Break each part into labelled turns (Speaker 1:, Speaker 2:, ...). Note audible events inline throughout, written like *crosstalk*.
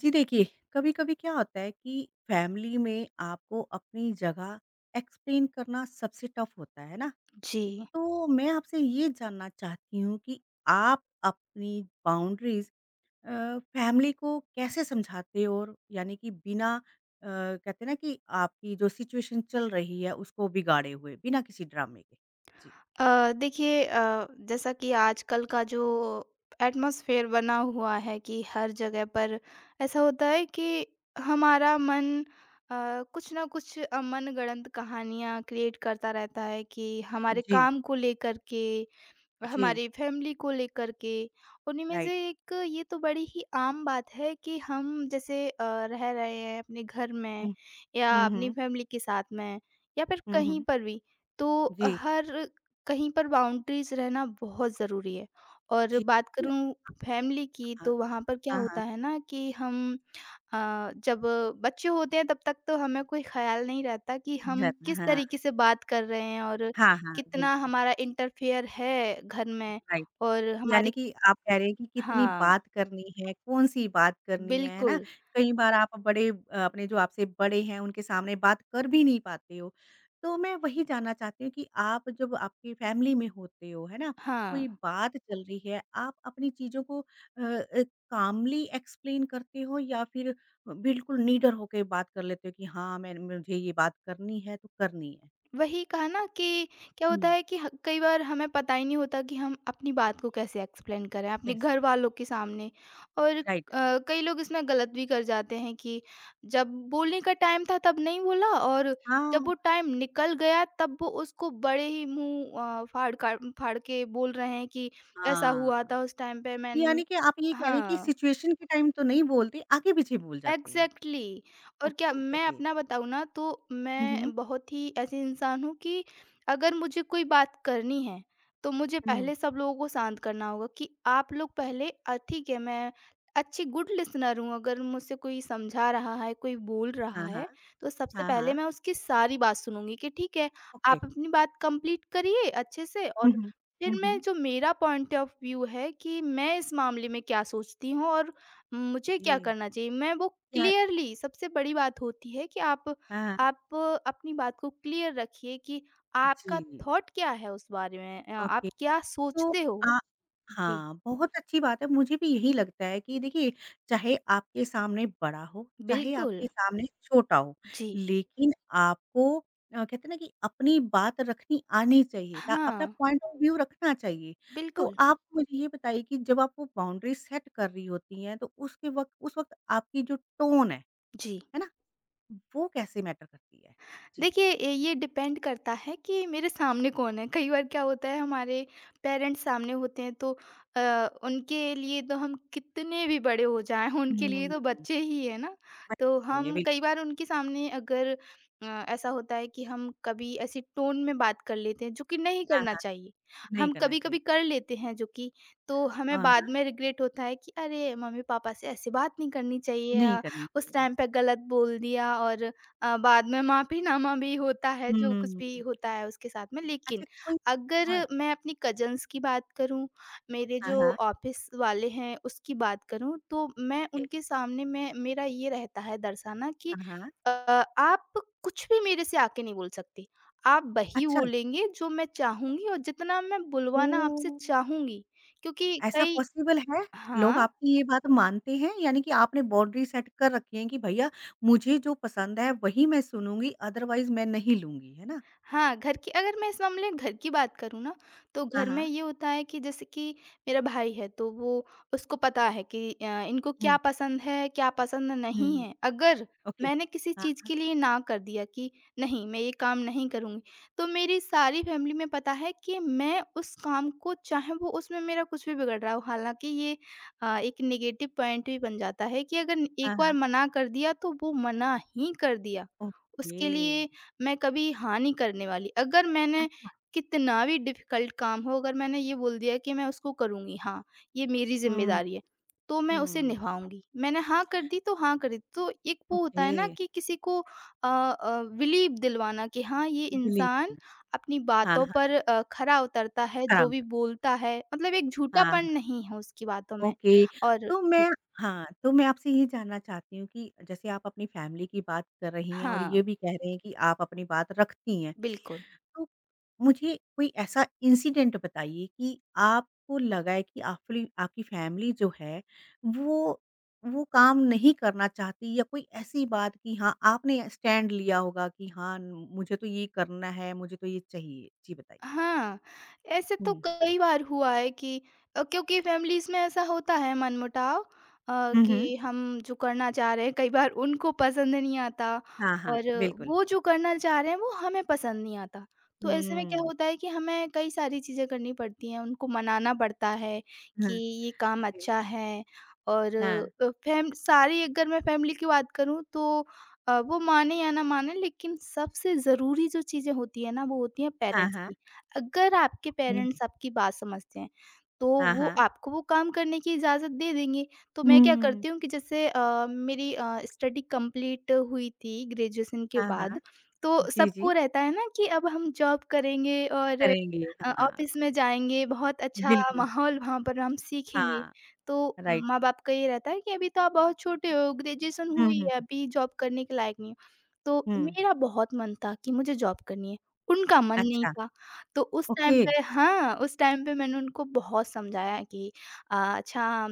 Speaker 1: जी देखिए, कभी-कभी क्या होता है कि फैमिली में आपको अपनी जगह एक्सप्लेन करना सबसे टफ होता है ना?
Speaker 2: जी।
Speaker 1: तो मैं आपसे ये जानना चाहती हूँ कि आप अपनी बाउंड्रीज़ फैमिली को कैसे समझाते हो और यानी कि बिना कहते हैं ना कि आपकी जो सिचुएशन चल रही है उसको बिगाड़े हुए, बिना किसी ड्रामे के? जी।
Speaker 2: अ, देखिए, जैसा कि आजकल का जो एटमॉस्फेयर बना हुआ है कि हर जगह पर ऐसा होता है कि हमारा मन कुछ ना कुछ मनगढ़ंत कहानियाँ क्रिएट करता रहता है, कि हमारे
Speaker 1: जी,
Speaker 2: काम को लेकर के,
Speaker 1: जी,
Speaker 2: हमारी फैमिली को लेकर के। उन्हीं में
Speaker 1: राइट।
Speaker 2: से एक ये तो बड़ी ही आम बात है कि हम जैसे रह रहे हैं अपने घर में,
Speaker 1: हुँ,
Speaker 2: या
Speaker 1: हुँ,
Speaker 2: अपनी
Speaker 1: हुँ,
Speaker 2: फैमिली के साथ में, या फिर
Speaker 1: हुँ,
Speaker 2: कहीं
Speaker 1: हुँ।
Speaker 2: पर भी, तो
Speaker 1: जी,
Speaker 2: हर कहीं पर बाउंड्रीज रहना बहुत ज़रूरी है। और
Speaker 1: जी।
Speaker 2: बात करूँ फैमिली की,
Speaker 1: हाँ,
Speaker 2: तो वहाँ पर क्या
Speaker 1: हाँ, हाँ।
Speaker 2: होता है ना कि हम अ, जब बच्चे होते हैं तब तक तो हमें कोई ख़्याल नहीं रहता कि
Speaker 1: रहता
Speaker 2: हम किस
Speaker 1: है, हाँ।
Speaker 2: तरीके से बात कर रहे हैं, और
Speaker 1: हाँ, हाँ,
Speaker 2: कितना
Speaker 1: बिल्कुल,
Speaker 2: हमारा इंटरफेयर है घर में,
Speaker 1: राइट।
Speaker 2: और
Speaker 1: यानी
Speaker 2: हमारी।
Speaker 1: कि आप कह रहे हैं कि कितनी
Speaker 2: हाँ,
Speaker 1: बात करनी है, कौन-सी बात करनी है ना?
Speaker 2: बिल्कुल।
Speaker 1: कई बार आप बड़े अपने जो आपसे बड़े हैं, उनके सामने बात कर भी नहीं पाते हो। तो मैं वही जानना चाहती हूँ कि आप जब आपकी फैमिली में होते हो, है ना?
Speaker 2: हाँ।
Speaker 1: कोई बात चल रही है, आप अपनी चीज़ों को अ, कामली एक्सप्लेन करते हो या फिर बिल्कुल निडर होके बात कर लेते हो कि हाँ, मैं मुझे ये बात करनी है, तो करनी है? जी।
Speaker 2: वही कहा ना कि क्या होता
Speaker 1: हुँ।
Speaker 2: है कि ह कई बार हमें पता ही नहीं होता कि हम अपनी बात को कैसे एक्सप्लेन करें, अपने
Speaker 1: यस,
Speaker 2: घरवालों के सामने। और
Speaker 1: राइट।
Speaker 2: कई लोग इसमें गलत भी कर जाते हैं कि जब बोलने का टाइम था तब नहीं बोला, और जब
Speaker 1: हाँ।
Speaker 2: वो टाइम निकल गया तब वो उसको बड़े ही मुँह फाड़ का फाड़ के बोल रहे हैं कि ऐसा हुआ
Speaker 1: हाँ,
Speaker 2: था उस टाइम पे मैंने।
Speaker 1: यानी कि आप ये कह रहे हैं कि
Speaker 2: हाँ।
Speaker 1: सिचुएशन के टाइम तो नहीं बोलते, आगे-पीछे बोल जाते हैं।
Speaker 2: एग्ज़ैक्टली। और क्या
Speaker 1: ओके,
Speaker 2: मैं
Speaker 1: ओके।
Speaker 2: अपना बताऊँ ना, तो
Speaker 1: हुँ, हुँ।
Speaker 2: मैं बहुत ही ऐसी इंसान हूँ कि अगर मुझे कोई बात करनी है, तो मुझे
Speaker 1: हुँ।
Speaker 2: पहले सब लोगों को शांत करना होगा कि आप लोग पहले, ठीक है, मैं अच्छी गुड लिसनर हूँ। अगर मुझसे कोई समझा रहा है, कोई बोल
Speaker 1: हाँ,
Speaker 2: रहा
Speaker 1: हाँ।
Speaker 2: है, तो सबसे
Speaker 1: हाँ,
Speaker 2: पहले
Speaker 1: हाँ।
Speaker 2: मैं उसकी सारी बात सुनूँगी कि ठीक है,
Speaker 1: ओके।
Speaker 2: आप अपनी बात कंप्लीट करिए अच्छे से,
Speaker 1: हुँ,
Speaker 2: और
Speaker 1: हुँ।
Speaker 2: फिर
Speaker 1: हुँ,
Speaker 2: मैं
Speaker 1: हुँ।
Speaker 2: जो मेरा पॉइंट ऑफ व्यू है कि मैं इस मामले में क्या सोचती हूँ, और मुझे क्या
Speaker 1: जी।
Speaker 2: करना चाहिए, मैं वो
Speaker 1: या
Speaker 2: क्लियरली। सबसे बड़ी बात होती है कि आप
Speaker 1: हाँ,
Speaker 2: आप अपनी बात को क्लियर रखिए कि आपका
Speaker 1: जी।
Speaker 2: थॉट क्या है उस बारे में।
Speaker 1: ओके।
Speaker 2: आप क्या
Speaker 1: तो
Speaker 2: सोचते हो?
Speaker 1: आ
Speaker 2: जी,
Speaker 1: हाँ, बहुत अच्छी बात है, मुझे भी यही लगता है कि देखिए, चाहे आपके सामने बड़ा हो, चाहे
Speaker 2: बिल्कुल।
Speaker 1: आपके सामने छोटा हो,
Speaker 2: जी।
Speaker 1: लेकिन आपको कहते हैं ना कि अपनी बात रखनी आनी चाहिए ता अपना
Speaker 2: हाँ,
Speaker 1: पॉइंट ऑफ व्यू रखना चाहिए। तो
Speaker 2: बिल्कुल।
Speaker 1: आप मुझे ये बताइए कि जब आप वो बाउंड्री सेट कर रही होती हैं, तो उसके वक़्त उस वक़्त आपकी जो टोन
Speaker 2: जी।
Speaker 1: है ना? वो कैसे मैटर करती है? जी।
Speaker 2: देखिए ए, ये डिपेंड करता है कि मेरे सामने कौन है। कई बार क्या होता है हमारे पेरेंट्स सामने होते हैं तो अ, उनके लिए तो हम कितने भी बड़े हो जाएं,
Speaker 1: हुँ,
Speaker 2: उनके लिए तो
Speaker 1: बिल्कुल।
Speaker 2: बच्चे ही है ना। तो हम कई बार उनके सामने अगर ऐसा होता है कि हम कभी ऐसी टोन में बात कर लेते हैं जो कि नहीं
Speaker 1: हाँ,
Speaker 2: करना
Speaker 1: हाँ,
Speaker 2: चाहिए।
Speaker 1: नहीं
Speaker 2: हम
Speaker 1: करना
Speaker 2: कभी
Speaker 1: चाहिए।
Speaker 2: कभी कर लेते हैं जो कि, तो
Speaker 1: हाँ,
Speaker 2: हमें
Speaker 1: हाँ,
Speaker 2: बाद में रिग्रेट होता है कि अरे मम्मी पापा से ऐसी बात नहीं करनी चाहिए,
Speaker 1: नहीं करनी
Speaker 2: उस
Speaker 1: चाहिए।
Speaker 2: टाइम पे गलत बोल दिया, और बाद में माफ़ीनामा भी होता है, जो कुछ
Speaker 1: हुँ।
Speaker 2: भी होता है उसके साथ में।
Speaker 1: अच्छा
Speaker 2: लेकिन
Speaker 1: कोई
Speaker 2: अगर
Speaker 1: हाँ,
Speaker 2: मैं अपनी कज़न्स की बात करूँ, मेरे
Speaker 1: हाँ,
Speaker 2: जो
Speaker 1: हाँ,
Speaker 2: ऑफ़िस वाले हैं उसकी बात करूँ, तो मैं
Speaker 1: ओके,
Speaker 2: उनके सामने, मैं, मेरा ये रहता है दर्शाना कि
Speaker 1: हाँ, हाँ।
Speaker 2: अ, आप कुछ भी मेरे से आके नहीं बोल सकती। आप वही
Speaker 1: अच्छा,
Speaker 2: बोलेंगे जो मैं चाहूँगी, और जितना मैं बुलवाना आपसे
Speaker 1: ओह!
Speaker 2: चाहूँगी। क्योंकि
Speaker 1: ऐसा
Speaker 2: कई।
Speaker 1: पॉसिबल है? लोग
Speaker 2: हाँ।
Speaker 1: आपकी ये बात मानते हैं? यानी कि आपने बाउंड्री सेट कर रखी है कि भैया मुझे जो पसंद है वही मैं सुनूँगी अदरवाइज़ मैं नहीं लूँगी, है ना?
Speaker 2: हाँ, घर की, अगर मैं इस मामले में घर की बात करूँ ना, तो
Speaker 1: हाँ,
Speaker 2: घर में
Speaker 1: हाँ।
Speaker 2: ये होता है कि जैसे कि मेरा भाई है, तो वो, उसको पता है कि इनको क्या
Speaker 1: हुँ,
Speaker 2: पसंद है, क्या पसंद नहीं
Speaker 1: हुँ,
Speaker 2: है। अगर
Speaker 1: ओके।
Speaker 2: मैंने किसी
Speaker 1: हाँ,
Speaker 2: चीज़
Speaker 1: हाँ,
Speaker 2: के लिए ना कर दिया कि नहीं, मैं ये काम नहीं करूँगी, तो मेरी सारी फैमिली में पता है कि मैं उस काम को, चाहे वो उसमें मेरा कुछ भी बिगड़ रहा हो, हालाँकि ये एक नेगेटिव पॉइंट भी बन जाता है कि अगर एक
Speaker 1: हाँ, हाँ,
Speaker 2: बार मना कर दिया, तो वो मना ही कर दिया।
Speaker 1: ओके।
Speaker 2: उसके लिए मैं कभी हाँ नहीं करने वाली। अगर मैंने
Speaker 1: अच्छा,
Speaker 2: कितना भी डिफ़िकल्ट काम हो, अगर मैंने ये बोल दिया कि मैं उसको करूँगी, हाँ, ये मेरी
Speaker 1: हुँ,
Speaker 2: ज़िम्मेदारी है, तो मैं उसे
Speaker 1: हुँ,
Speaker 2: निभाऊँगी। मैंने हाँ कर दी तो हाँ कर दी। तो एक वो होता है
Speaker 1: ओके।
Speaker 2: ना कि किसी को बिलीव दिलवाना कि हाँ, ये
Speaker 1: बिलीव
Speaker 2: इंसान
Speaker 1: करना।
Speaker 2: अपनी
Speaker 1: हाँ,
Speaker 2: बातों
Speaker 1: हाँ,
Speaker 2: पर खरा उतरता है, जो
Speaker 1: खराब
Speaker 2: भी
Speaker 1: था।
Speaker 2: बोलता है, मतलब एक
Speaker 1: हाँ।
Speaker 2: झूठापन नहीं है उसकी बातों में।
Speaker 1: ओके,
Speaker 2: और
Speaker 1: तो
Speaker 2: जी।
Speaker 1: मैं हाँ, तो मैं आपसे ये जानना चाहती हूँ कि जैसे आप अपनी फैमिली की बात कर रही हैं और
Speaker 2: हाँ,
Speaker 1: ये भी कह रहे हैं कि आप अपनी बात रखती हैं।
Speaker 2: बिल्कुल।
Speaker 1: तो मुझे कोई ऐसा इंसिडेंट बताइए कि आपको लगा है कि आपली आपकी फैमिली जो है वो वो काम नहीं करना चाहती या कोई ऐसी बात कि हाँ, आपने स्टैंड लिया होगा कि हाँ, न- मुझे तो ये करना है, मुझे तो ये चाहिए? जी बताइए।
Speaker 2: हाँ, ऐसे तो
Speaker 1: हुँ।
Speaker 2: कई बार हुआ है कि क्योंकि फैमिलीज़ में ऐसा होता है मनमुटाव,
Speaker 1: हुँ, हुँ।
Speaker 2: कि हम जो करना चाह रहे हैं कई बार उनको पसंद नहीं आता,
Speaker 1: हाँ, हाँ,
Speaker 2: और
Speaker 1: बिल्कुल।
Speaker 2: वो जो करना चाह रहे हैं वो हमें पसंद नहीं आता। तो ऐसे में क्या
Speaker 1: हुँ।
Speaker 2: होता है कि हमें कई सारी चीज़ें करनी पड़ती हैं, उनको मनाना पड़ता है कि
Speaker 1: हाँ,
Speaker 2: ये काम
Speaker 1: जी।
Speaker 2: अच्छा है। और
Speaker 1: हाँ।
Speaker 2: अ, फैम सारी, अगर मैं फैमिली की बात करूँ, तो वो माने या ना माने, लेकिन सबसे ज़रूरी जो चीज़ें होती हैं ना वो होती हैं
Speaker 1: हाँ,
Speaker 2: पेरेंट्स
Speaker 1: हाँ।
Speaker 2: की। अगर आपके
Speaker 1: हुँ।
Speaker 2: पेरेंट्स आपकी बात समझते हैं, तो
Speaker 1: हाँ,
Speaker 2: वो
Speaker 1: हाँ।
Speaker 2: आपको वो काम करने की इजाज़त दे देंगे। तो मैं क्या
Speaker 1: हुँ।
Speaker 2: करती हूँ कि जैसे मेरी स्टडी कंप्लीट हुई थी ग्रेजुएशन के
Speaker 1: हाँ, हाँ।
Speaker 2: बाद, तो
Speaker 1: जी, जी।
Speaker 2: सबको रहता है ना कि अब हम जॉब करेंगे, और
Speaker 1: करेंगे। हाँ,
Speaker 2: ऑफ़िस में जाएँगे, बहुत अच्छा
Speaker 1: बिल्कुल।
Speaker 2: माहौल, वहाँ पर हम सीखेंगे।
Speaker 1: हाँ,
Speaker 2: तो
Speaker 1: राइट।
Speaker 2: माँ-बाप का ये रहता है कि अभी तो आप बहुत छोटे हो, ग्रेजुएशन
Speaker 1: हुँ,
Speaker 2: हुई है,
Speaker 1: हुँ,
Speaker 2: अभी जॉब करने के लायक नहीं हो। तो
Speaker 1: हुँ।
Speaker 2: मेरा बहुत मन था कि मुझे जॉब करनी है, उनका मन नहीं
Speaker 1: अच्छा,
Speaker 2: था। तो उस टाइम
Speaker 1: ओके।
Speaker 2: पे, हाँ, उस टाइम पे मैंने उनको बहुत समझाया कि अच्छा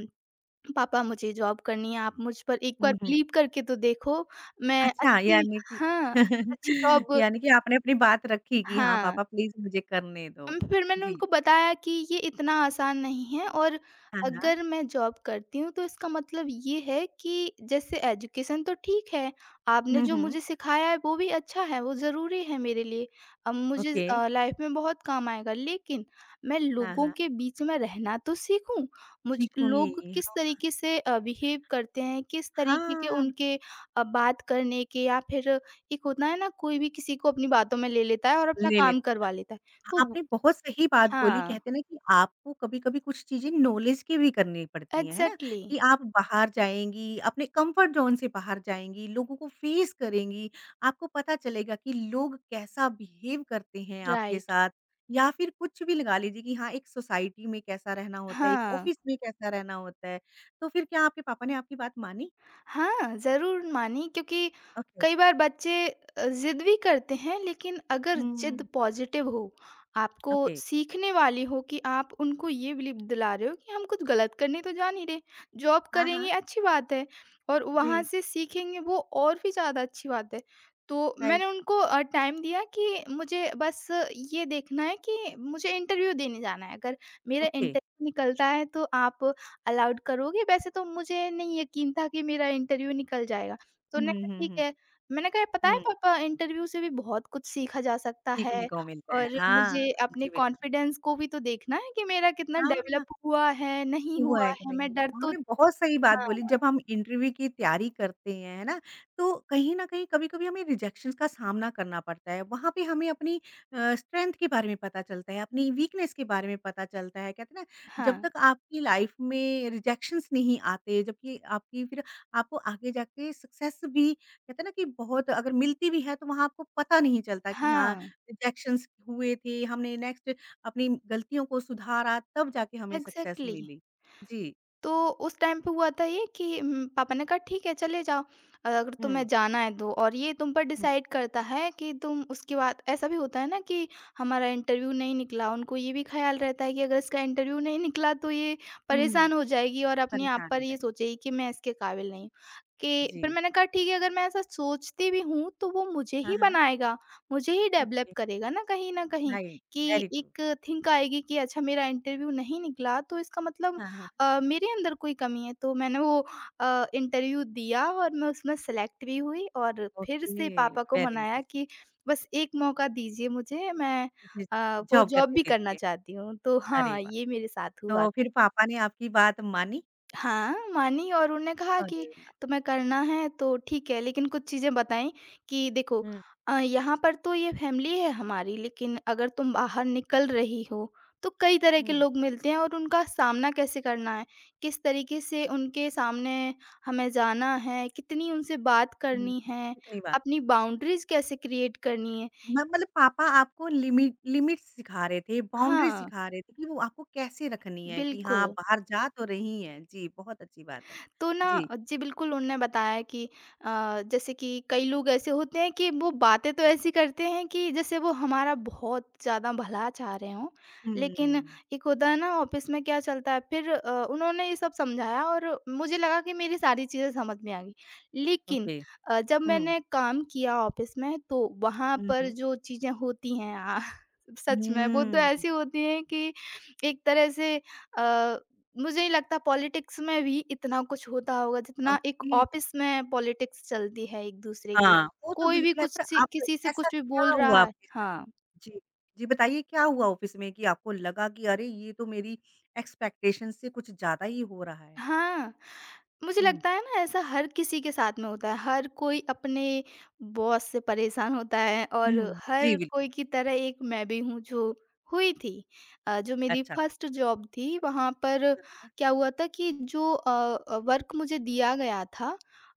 Speaker 2: पापा, मुझे जॉब करनी है, आप मुझ पर एक बार
Speaker 1: हुँ, हुँ।
Speaker 2: बिलीव करके तो देखो, मैं
Speaker 1: अच्छा,
Speaker 2: अच्छी,
Speaker 1: यानी कि
Speaker 2: हाँ, अच्छी
Speaker 1: *laughs*
Speaker 2: जॉब,
Speaker 1: यानी कि आपने अपनी बात रखी कि हाँ,
Speaker 2: हाँ।
Speaker 1: पापा प्लीज़ मुझे करने दो।
Speaker 2: फिर मैंने
Speaker 1: जी।
Speaker 2: उनको बताया कि ये इतना आसान नहीं है, और
Speaker 1: हाँ, हाँ।
Speaker 2: अगर मैं जॉब करती हूँ तो इसका मतलब ये है कि जैसे एजुकेशन तो ठीक है, आपने
Speaker 1: हुँ,
Speaker 2: जो
Speaker 1: हुँ।
Speaker 2: मुझे सिखाया है वो भी अच्छा है, वो ज़रूरी है मेरे लिए। अब मुझे
Speaker 1: ओके।
Speaker 2: लाइफ में बहुत काम आएगा, लेकिन मैं
Speaker 1: हाँ,
Speaker 2: लोगों
Speaker 1: हाँ।
Speaker 2: के बीच में रहना तो सीखूँ। मुझ
Speaker 1: सीखूँगी।
Speaker 2: लोग किस तरीके से बिहेव करते हैं, किस तरीके के
Speaker 1: हाँ,
Speaker 2: उनके बात करने के, या फिर एक होता है ना कोई भी किसी को अपनी बातों में ले लेता है और
Speaker 1: ले
Speaker 2: अपना
Speaker 1: ले
Speaker 2: काम
Speaker 1: लेते
Speaker 2: करवा लेता है। तो
Speaker 1: आपने बहुत सही बात बोली
Speaker 2: Huh?
Speaker 1: कहते हैं ना कि आपको कभी-कभी कुछ चीज़ें नॉलेज की भी करनी पड़ती हैं, है ना?
Speaker 2: Exactly.
Speaker 1: कि आप बाहर जाएँगी, अपने कम्फर्ट ज़ोन से बाहर जाएँगी, लोगों को फेस करेंगी, आपको पता चलेगा कि लोग कैसा बिहेव करते हैं आपके
Speaker 2: Right.
Speaker 1: साथ या फिर कुछ भी लगा लीजिए कि हाँ, एक सोसाइटी में कैसा रहना होता है, एक
Speaker 2: Huh.
Speaker 1: ऑफ़िस में कैसा रहना होता है। तो फिर क्या आपके पापा ने आपकी बात मानी?
Speaker 2: हाँ, ज़रूर मानी, क्योंकि
Speaker 1: ओके।
Speaker 2: कई बार बच्चे ज़िद भी करते हैं, लेकिन अगर ज़िद
Speaker 1: हुँ,
Speaker 2: पॉज़िटिव हो, आपको
Speaker 1: ओके।
Speaker 2: सीखने वाली हो, कि आप उनको ये बिलीव दिला रहे हो कि हम कुछ गलत करने तो जा नहीं रहे। जॉब
Speaker 1: हाँ, हाँ।
Speaker 2: करेंगे अच्छी बात है, और वहाँ
Speaker 1: जी,
Speaker 2: से सीखेंगे, वो और भी ज़्यादा अच्छी बात है। तो
Speaker 1: राइट।
Speaker 2: मैंने उनको टाइम दिया कि मुझे बस ये देखना है, कि मुझे इंटरव्यू देने जाना है। अगर मेरा
Speaker 1: ओके।
Speaker 2: इंटरव्यू निकलता है तो आप अलाउड करोगे? वैसे तो मुझे नहीं यकीन था कि मेरा इंटरव्यू निकल जाएगा। तो
Speaker 1: हुँ,
Speaker 2: उन्होंने
Speaker 1: हुँ,
Speaker 2: कहा
Speaker 1: हुँ,
Speaker 2: ठीक
Speaker 1: हुँ।
Speaker 2: है। मैंने कहा पता है
Speaker 1: हुँ।
Speaker 2: पापा, इंटरव्यू से भी बहुत कुछ सीखा जा सकता
Speaker 1: सीखने
Speaker 2: है,
Speaker 1: को मिलता है।
Speaker 2: और
Speaker 1: हाँ,
Speaker 2: मुझे अपने
Speaker 1: जी बिल्कुल।
Speaker 2: कॉन्फिडेंस को भी तो देखना है कि मेरा कितना
Speaker 1: हाँ,
Speaker 2: डेवलप हुआ है, नहीं
Speaker 1: हुआ
Speaker 2: हुआ
Speaker 1: है कि
Speaker 2: है।
Speaker 1: नहीं।
Speaker 2: मैं
Speaker 1: है।
Speaker 2: डर तो,
Speaker 1: आपने बहुत सही बात
Speaker 2: हाँ,
Speaker 1: बोली जब हम इंटरव्यू की तैयारी करते हैं, है ना? तो कहीं न कहीं कभी-कभी हमें रिजेक्शंस का सामना करना पड़ता है। वहाँ पे हमें अपनी स्ट्रेंथ के बारे में पता चलता है, अपनी वीकनेस के बारे में पता चलता है। कहते हैं ना जब
Speaker 2: हाँ,
Speaker 1: तक आपकी लाइफ में रिजेक्शंस नहीं आते जबकि आपकी फिर आपको आगे जाके सक्सेस भी कहते हैं ना कि बहुत अगर मिलती भी है तो वहाँ आपको पता नहीं चलता कि हाँ,
Speaker 2: हाँ,
Speaker 1: रिजेक्शंस हुए थे, हमने नेक्स्ट अपनी गलतियों को सुधारा तब जाके हमें सक्सेस
Speaker 2: एग्ज़ैक्टली।
Speaker 1: मिली। जी।
Speaker 2: तो उस टाइम पे हुआ था ये कि पापा ने कहा ठीक है चले जाओ, अगर
Speaker 1: हुँ,
Speaker 2: तुम्हें जाना है तो, और ये तुम पर
Speaker 1: हुँ,
Speaker 2: डिसाइड करता है कि तुम, उसके बाद ऐसा भी होता है ना कि हमारा इंटरव्यू नहीं निकला, उनको ये भी ख़्याल रहता है कि अगर इसका इंटरव्यू नहीं निकला तो ये
Speaker 1: हुँ।
Speaker 2: परेशान हो जाएगी और अपने आप
Speaker 1: परेशान
Speaker 2: पर
Speaker 1: हो
Speaker 2: ये
Speaker 1: गए।
Speaker 2: सोचेगी कि मैं इसके काबिल नहीं हूँ। कि फिर
Speaker 1: जी।
Speaker 2: मैंने कहा ठीक है, अगर मैं ऐसा सोचती भी हूँ, तो वो मुझे
Speaker 1: हाँ,
Speaker 2: ही
Speaker 1: हाँ।
Speaker 2: बनाएगा, मुझे ही डेवलप
Speaker 1: ओके।
Speaker 2: करेगा ना, कहीं न कहीं,
Speaker 1: राइट,
Speaker 2: कि
Speaker 1: वेरी ट्रू।
Speaker 2: एक थिंक आएगी कि अच्छा मेरा इंटरव्यू नहीं निकला तो इसका मतलब
Speaker 1: हाँ, हाँ।
Speaker 2: मेरे अंदर कोई कमी है। तो मैंने वो इंटरव्यू दिया और मैं उसमें सेलेक्ट भी हुई, और फिर
Speaker 1: ओके,
Speaker 2: से पापा को
Speaker 1: वेरी
Speaker 2: मनाया
Speaker 1: नाइस।
Speaker 2: कि बस एक मौका दीजिए मुझे, मैं
Speaker 1: मुझे
Speaker 2: वो
Speaker 1: जॉब
Speaker 2: जॉब
Speaker 1: करने
Speaker 2: भी करना
Speaker 1: दीजिए।
Speaker 2: चाहती हूँ। तो
Speaker 1: अरे
Speaker 2: हाँ,
Speaker 1: वाह!
Speaker 2: ये मेरे साथ हुआ
Speaker 1: तो
Speaker 2: था।
Speaker 1: फिर पापा ने आपकी बात मानी?
Speaker 2: हाँ, मानी, और उन्होंने कहा
Speaker 1: अरे
Speaker 2: कि
Speaker 1: वाह!
Speaker 2: तुम्हें करना है तो ठीक है, लेकिन कुछ चीज़ें बताईं कि देखो,
Speaker 1: हुँ,
Speaker 2: यहाँ पर तो ये फैमिली है हमारी, लेकिन अगर तुम बाहर निकल रही हो, तो कई तरह के
Speaker 1: हुँ,
Speaker 2: लोग मिलते हैं, और उनका सामना कैसे करना है, किस तरीके से उनके सामने हमें जाना है, कितनी उनसे बात
Speaker 1: हुँ।
Speaker 2: करनी है,
Speaker 1: कितनी बात
Speaker 2: अपनी बाउंड्रीज़ कैसे क्रिएट करनी है।
Speaker 1: म मतलब पापा आपको लिमिट्स सिखा रहे थे, बाउंड्री
Speaker 2: हाँ,
Speaker 1: सिखा रहे थे कि वो आपको कैसे रखनी है कि हाँ, आप
Speaker 2: बिल्कुल।
Speaker 1: बाहर जा तो रही हैं। जी, बहुत अच्छी बात है।
Speaker 2: तो ना,
Speaker 1: जी।
Speaker 2: जी बिल्कुल, उनने बताया कि अ, जैसे कि कई लोग ऐसे होते हैं कि वो बातें तो ऐसी करते हैं कि जैसे वो हमारा बहुत ज़्यादा भला चाह रहे हों, लेकिन
Speaker 1: हुँ।
Speaker 2: एक होता है ना ऑफिस में क्या चलता है। फिर उन्होंने ये सब समझाया, और मुझे लगा कि मेरी सारी चीज़ें समझ में आ गई, लेकिन
Speaker 1: ओके।
Speaker 2: जब
Speaker 1: हुँ,
Speaker 2: मैंने काम किया ऑफिस में तो वहाँ
Speaker 1: हुँ,
Speaker 2: पर
Speaker 1: हुँ।
Speaker 2: जो चीज़ें होती हैं, *laughs* सच में वो तो
Speaker 1: हुँ।
Speaker 2: ऐसी होती हैं कि एक तरह से मुझे नहीं लगता पॉलिटिक्स में भी इतना कुछ होता होगा जितना एक
Speaker 1: ओके,
Speaker 2: ऑफिस में पॉलिटिक्स चलती है एक-दूसरे की।
Speaker 1: हाँ, वो तो
Speaker 2: कोई भी
Speaker 1: बिल्कुल है
Speaker 2: कुछ
Speaker 1: पर
Speaker 2: सी
Speaker 1: आप
Speaker 2: किसी से
Speaker 1: ऐसा
Speaker 2: कुछ भी
Speaker 1: क्या
Speaker 2: बोल
Speaker 1: हुआ
Speaker 2: रहा है,
Speaker 1: आपके साथ?
Speaker 2: हाँ।
Speaker 1: जी, जी बताइए क्या हुआ ऑफ़िस में कि आपको लगा कि अरे! ये तो मेरी एक्सपेक्टेशन से कुछ ज़्यादा ही हो रहा है?
Speaker 2: हाँ, मुझे
Speaker 1: हुँ,
Speaker 2: लगता है ना ऐसा हर किसी के साथ में होता है। हर कोई अपने बॉस से परेशान होता है और
Speaker 1: हुँ, जी
Speaker 2: हर
Speaker 1: बिल्कुल,
Speaker 2: कोई की तरह एक मैं भी हूँ जो हुई थी। जो मेरी
Speaker 1: अच्छा।
Speaker 2: फर्स्ट जॉब थी वहाँ पर क्या हुआ था कि जो वर्क मुझे दिया गया था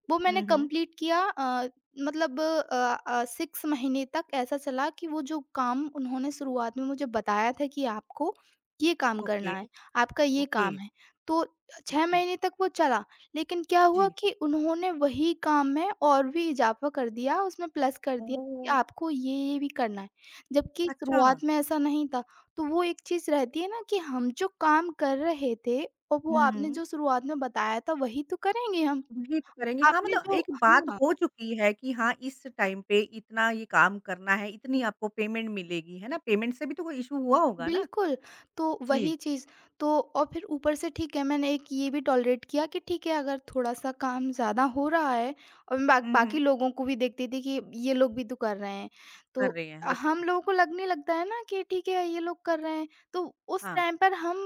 Speaker 2: वो मैंने
Speaker 1: हुँ, हुँ,
Speaker 2: कंप्लीट किया। मतलब, 6 महीने तक ऐसा चला कि वो जो काम उन्होंने शुरुआत में मुझे बताया था कि आपको ये काम
Speaker 1: ओके,
Speaker 2: करना है, आपका ये
Speaker 1: ओके,
Speaker 2: काम है। तो 6
Speaker 1: जी,
Speaker 2: महीने तक वो चला, लेकिन क्या
Speaker 1: जी।
Speaker 2: हुआ कि उन्होंने वही काम में और भी इज़ाफ़ा कर दिया, उसमें प्लस कर दिया कि
Speaker 1: ओह!
Speaker 2: आपको ये-ये भी करना है। जबकि
Speaker 1: अच्छा,
Speaker 2: शुरुआत में ऐसा नहीं था, तो वो एक चीज़ रहती है ना कि हम जो काम कर रहे थे और वो आपने
Speaker 1: हुँ,
Speaker 2: जो शुरुआत में बताया था, वही तो करेंगे हम।
Speaker 1: वही तो करेंगे हाँ,
Speaker 2: आपने
Speaker 1: मतलब
Speaker 2: जो
Speaker 1: एक बात
Speaker 2: हाँ।
Speaker 1: हो चुकी है कि हाँ, इस टाइम पे इतना ये काम करना है, इतनी आपको पेमेंट मिलेगी, है ना? पेमेंट से भी तो कोई इश्यू हुआ होगा ना?
Speaker 2: बिल्कुल, तो
Speaker 1: जी,
Speaker 2: वही चीज़। तो और फिर ऊपर से ठीक है मैंने एक ये भी टॉलरेट किया कि ठीक है अगर थोड़ा-सा काम ज़्यादा हो रहा है और मैं बा
Speaker 1: हुँ,
Speaker 2: बाकी
Speaker 1: हुँ।
Speaker 2: लोगों को भी देखती थी कि ये लोग भी तो कर रहे हैं। तो
Speaker 1: कर रहे हैं, ओके,
Speaker 2: हम लोगों को लगने लगता है ना कि ठीक है ये लोग कर रहे हैं, तो उस
Speaker 1: हाँ।
Speaker 2: टाइम पर हम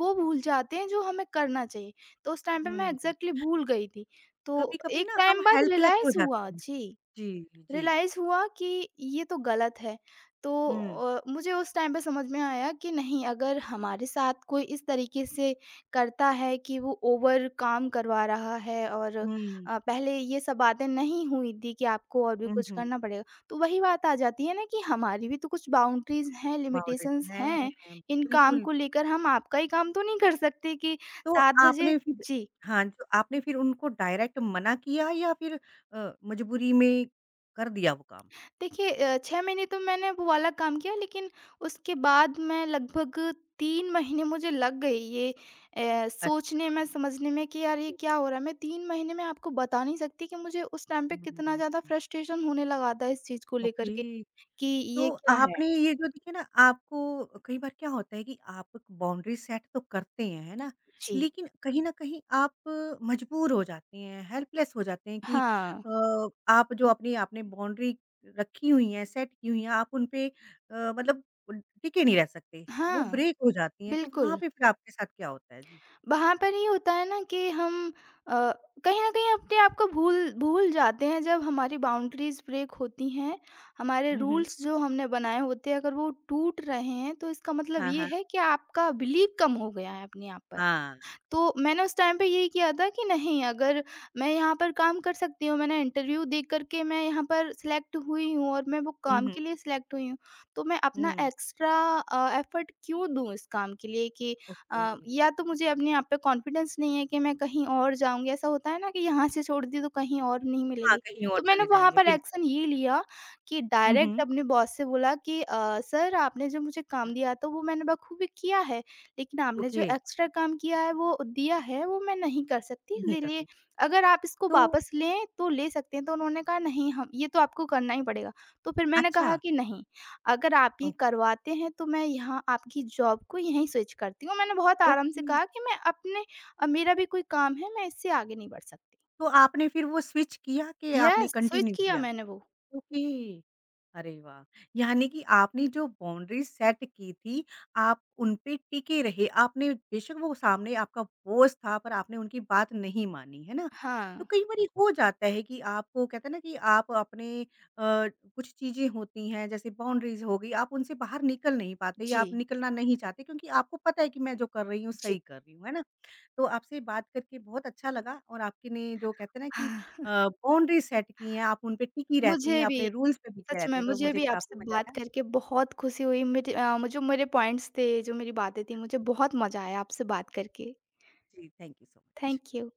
Speaker 2: वो भूल जाते हैं जो हमें करना चाहिए। तो उस टाइम पे मैं
Speaker 1: हुँ, हुँ।
Speaker 2: एग्ज़ैक्टली भूल गई थी। तो
Speaker 1: कभी-कभी
Speaker 2: एक
Speaker 1: ना हम
Speaker 2: टाइम बाद
Speaker 1: हेल्पलेस हो
Speaker 2: रियलाइज़ हुआ।
Speaker 1: जाते हैं।
Speaker 2: जी।
Speaker 1: जी, जी।
Speaker 2: रियलाइज़ हुआ कि ये तो गलत है। तो
Speaker 1: हुँ,
Speaker 2: मुझे उस टाइम पे समझ में आया कि नहीं अगर हमारे साथ कोई इस तरीके से करता है कि वो ओवर काम करवा रहा है और
Speaker 1: हुँ,
Speaker 2: पहले ये सब बातें नहीं हुई थी कि आपको और भी
Speaker 1: हुँ,
Speaker 2: कुछ
Speaker 1: हुँ।
Speaker 2: करना पड़ेगा। तो वही बात आ जाती है ना कि हमारी भी तो कुछ बाउंड्रीज़ हैं,
Speaker 1: बाउंड्रीज़
Speaker 2: लिमिटेशंस
Speaker 1: हैं,
Speaker 2: हैं। इन
Speaker 1: बिल्कुल।
Speaker 2: काम
Speaker 1: बिल्कुल।
Speaker 2: को लेकर हम आपका ही काम तो नहीं कर सकते कि
Speaker 1: तो
Speaker 2: 7 बजे।
Speaker 1: आपने फिर
Speaker 2: जी।
Speaker 1: हाँ, तो आपने फिर उनको डायरेक्ट मना किया या फिर मजबूरी में कर दिया वो काम?
Speaker 2: देखिए, 6 महीने तो मैंने वो वाला काम किया, लेकिन उसके बाद मैं लगभग 3 महीने मुझे लग गए ये सोचने
Speaker 1: अच्छा।
Speaker 2: में, समझने में कि यार ये क्या हो रहा है। मैं 3 महीने में आपको बता नहीं सकती कि मुझे उस टाइम पे
Speaker 1: हुँ, हुँ,
Speaker 2: कितना ज़्यादा
Speaker 1: हुँ।
Speaker 2: फ्रस्ट्रेशन होने लगा था इस चीज़ को लेकर के
Speaker 1: ओके।
Speaker 2: कि ये
Speaker 1: तो
Speaker 2: क्या है?
Speaker 1: आपने ये जो देखिए ना आपको कई बार क्या होता है कि आप बाउंड्री सेट तो करते हैं, है ना?
Speaker 2: जी।
Speaker 1: लेकिन कहीं न कहीं आप मजबूर हो जाते हैं, हेल्पलेस हो जाते हैं कि
Speaker 2: हाँ,
Speaker 1: आप जो अपनी आपने बाउंड्री रखी हुई है, सेट की हुई है, आप उन पे मतलब उन टिके नहीं रह सकते, वो
Speaker 2: हाँ,
Speaker 1: ब्रेक हो जाती हैं, तो वहाँ
Speaker 2: बिल्कुल।
Speaker 1: पे फिर आपके साथ क्या होता है? जी।
Speaker 2: वहाँ पर ये होता है ना कि हम अ, कहीं न कहीं अपने आप को भूल भूल जाते हैं। जब हमारी बाउंड्रीज़ ब्रेक होती हैं, हमारे
Speaker 1: हुँ, हुँ।
Speaker 2: रूल्स जो हमने बनाए होते हैं अगर वो टूट रहे हैं तो इसका मतलब
Speaker 1: हाँ,
Speaker 2: ये
Speaker 1: हाँ।
Speaker 2: है कि आपका बिलीव कम हो गया है अपने आप पर।
Speaker 1: हाँ।
Speaker 2: तो मैंने उस टाइम पे यही किया था कि नहीं, अगर मैं यहाँ पर काम कर सकती हूँ, मैंने इंटरव्यू दे कर के मैं यहाँ पर सिलेक्ट हुई हूँ और मैं वो
Speaker 1: हुँ,
Speaker 2: काम के
Speaker 1: हुँ।
Speaker 2: लिए सिलेक्ट हुई हूँ, तो मैं अपना
Speaker 1: हुँ,
Speaker 2: एक्स्ट्रा एफ़र्ट क्यों दूँ इस काम के लिए कि
Speaker 1: ओके।
Speaker 2: या तो मुझे अपने आप पे कॉन्फिडेंस नहीं है कि मैं कहीं और जाऊँगी। ऐसा होता है ना कि यहाँ से छोड़ दी तो कहीं और नहीं
Speaker 1: हाँ,
Speaker 2: मिलेगी।
Speaker 1: कहीं और
Speaker 2: तो मैंने
Speaker 1: चले
Speaker 2: वहाँ
Speaker 1: जाएँगे,
Speaker 2: पर
Speaker 1: बिल्कुल।
Speaker 2: एक्शन ये लिया कि
Speaker 1: हुँ,
Speaker 2: डायरेक्ट
Speaker 1: हुँ।
Speaker 2: अपने बॉस से बोला कि सर, आपने जो मुझे काम दिया था वो मैंने बखूबी किया है। लेकिन आपने जो
Speaker 1: ओके,
Speaker 2: एक्स्ट्रा काम किया है वो दिया है वो मैं नहीं कर सकती,
Speaker 1: नहीं कर
Speaker 2: इसीलिए
Speaker 1: रही।
Speaker 2: अगर आप इसको
Speaker 1: तो
Speaker 2: वापस लें तो ले सकते हैं। तो उन्होंने कहा, नहीं हम ये तो आपको करना ही पड़ेगा। तो फिर मैंने
Speaker 1: अच्छा।
Speaker 2: कहा कि नहीं, अगर आप ये
Speaker 1: ओके।
Speaker 2: करवाते हैं तो मैं यहाँ आपकी जॉब को यहीं स्विच करती हूँ। मैंने बहुत आराम से
Speaker 1: ओके,
Speaker 2: कहा कि मैं अपने, मेरा भी कोई काम है, मैं इससे आगे नहीं बढ़ सकती।
Speaker 1: तो आपने फिर वो स्विच किया कि आपने
Speaker 2: यस, स्विच
Speaker 1: कंटिन्यू
Speaker 2: किया
Speaker 1: किया?
Speaker 2: मैंने वो।
Speaker 1: ओके। अरे वाह! यानी कि आपने जो बाउंड्री सेट की थी, आप उन पे टिके रहे। आपने बेशक वो सामने आपका बॉस था, पर आपने उनकी बात नहीं मानी, है ना? तो
Speaker 2: हाँ।
Speaker 1: कई बारी हो जाता है कि आपको कहते हैं ना कि आप अपने अ, कुछ चीज़ें होती हैं, जैसे बाउंड्रीज़ हो गई, आप उनसे बाहर निकल नहीं पाते या आप
Speaker 2: जी,
Speaker 1: निकलना नहीं चाहते क्योंकि आपको पता है कि मैं जो कर रही हूँ,
Speaker 2: जी।
Speaker 1: सही कर रही हूँ, है ना? तो आपसे बात करके बहुत अच्छा लगा और आपके ने जो कहते हैं ना कि
Speaker 2: *laughs*
Speaker 1: बाउंड्री सेट की हैं, आप उन पे टिकी रहती हैं,
Speaker 2: मुझे भी।
Speaker 1: अपने रूल्स पे टिकी
Speaker 2: सच
Speaker 1: रहती
Speaker 2: में
Speaker 1: हैं, तो
Speaker 2: मुझे
Speaker 1: मुझे
Speaker 2: भी
Speaker 1: काफ़ी
Speaker 2: आपसे
Speaker 1: मज़ा
Speaker 2: बात
Speaker 1: आया।
Speaker 2: करके बहुत खुशी हुई। मेरे जो मेरे पॉइंट्स थे, जो मेरी बातें थी, मुझे बहुत मजा आया आपसे बात करके।
Speaker 1: जी, thank you so much.
Speaker 2: Thank you.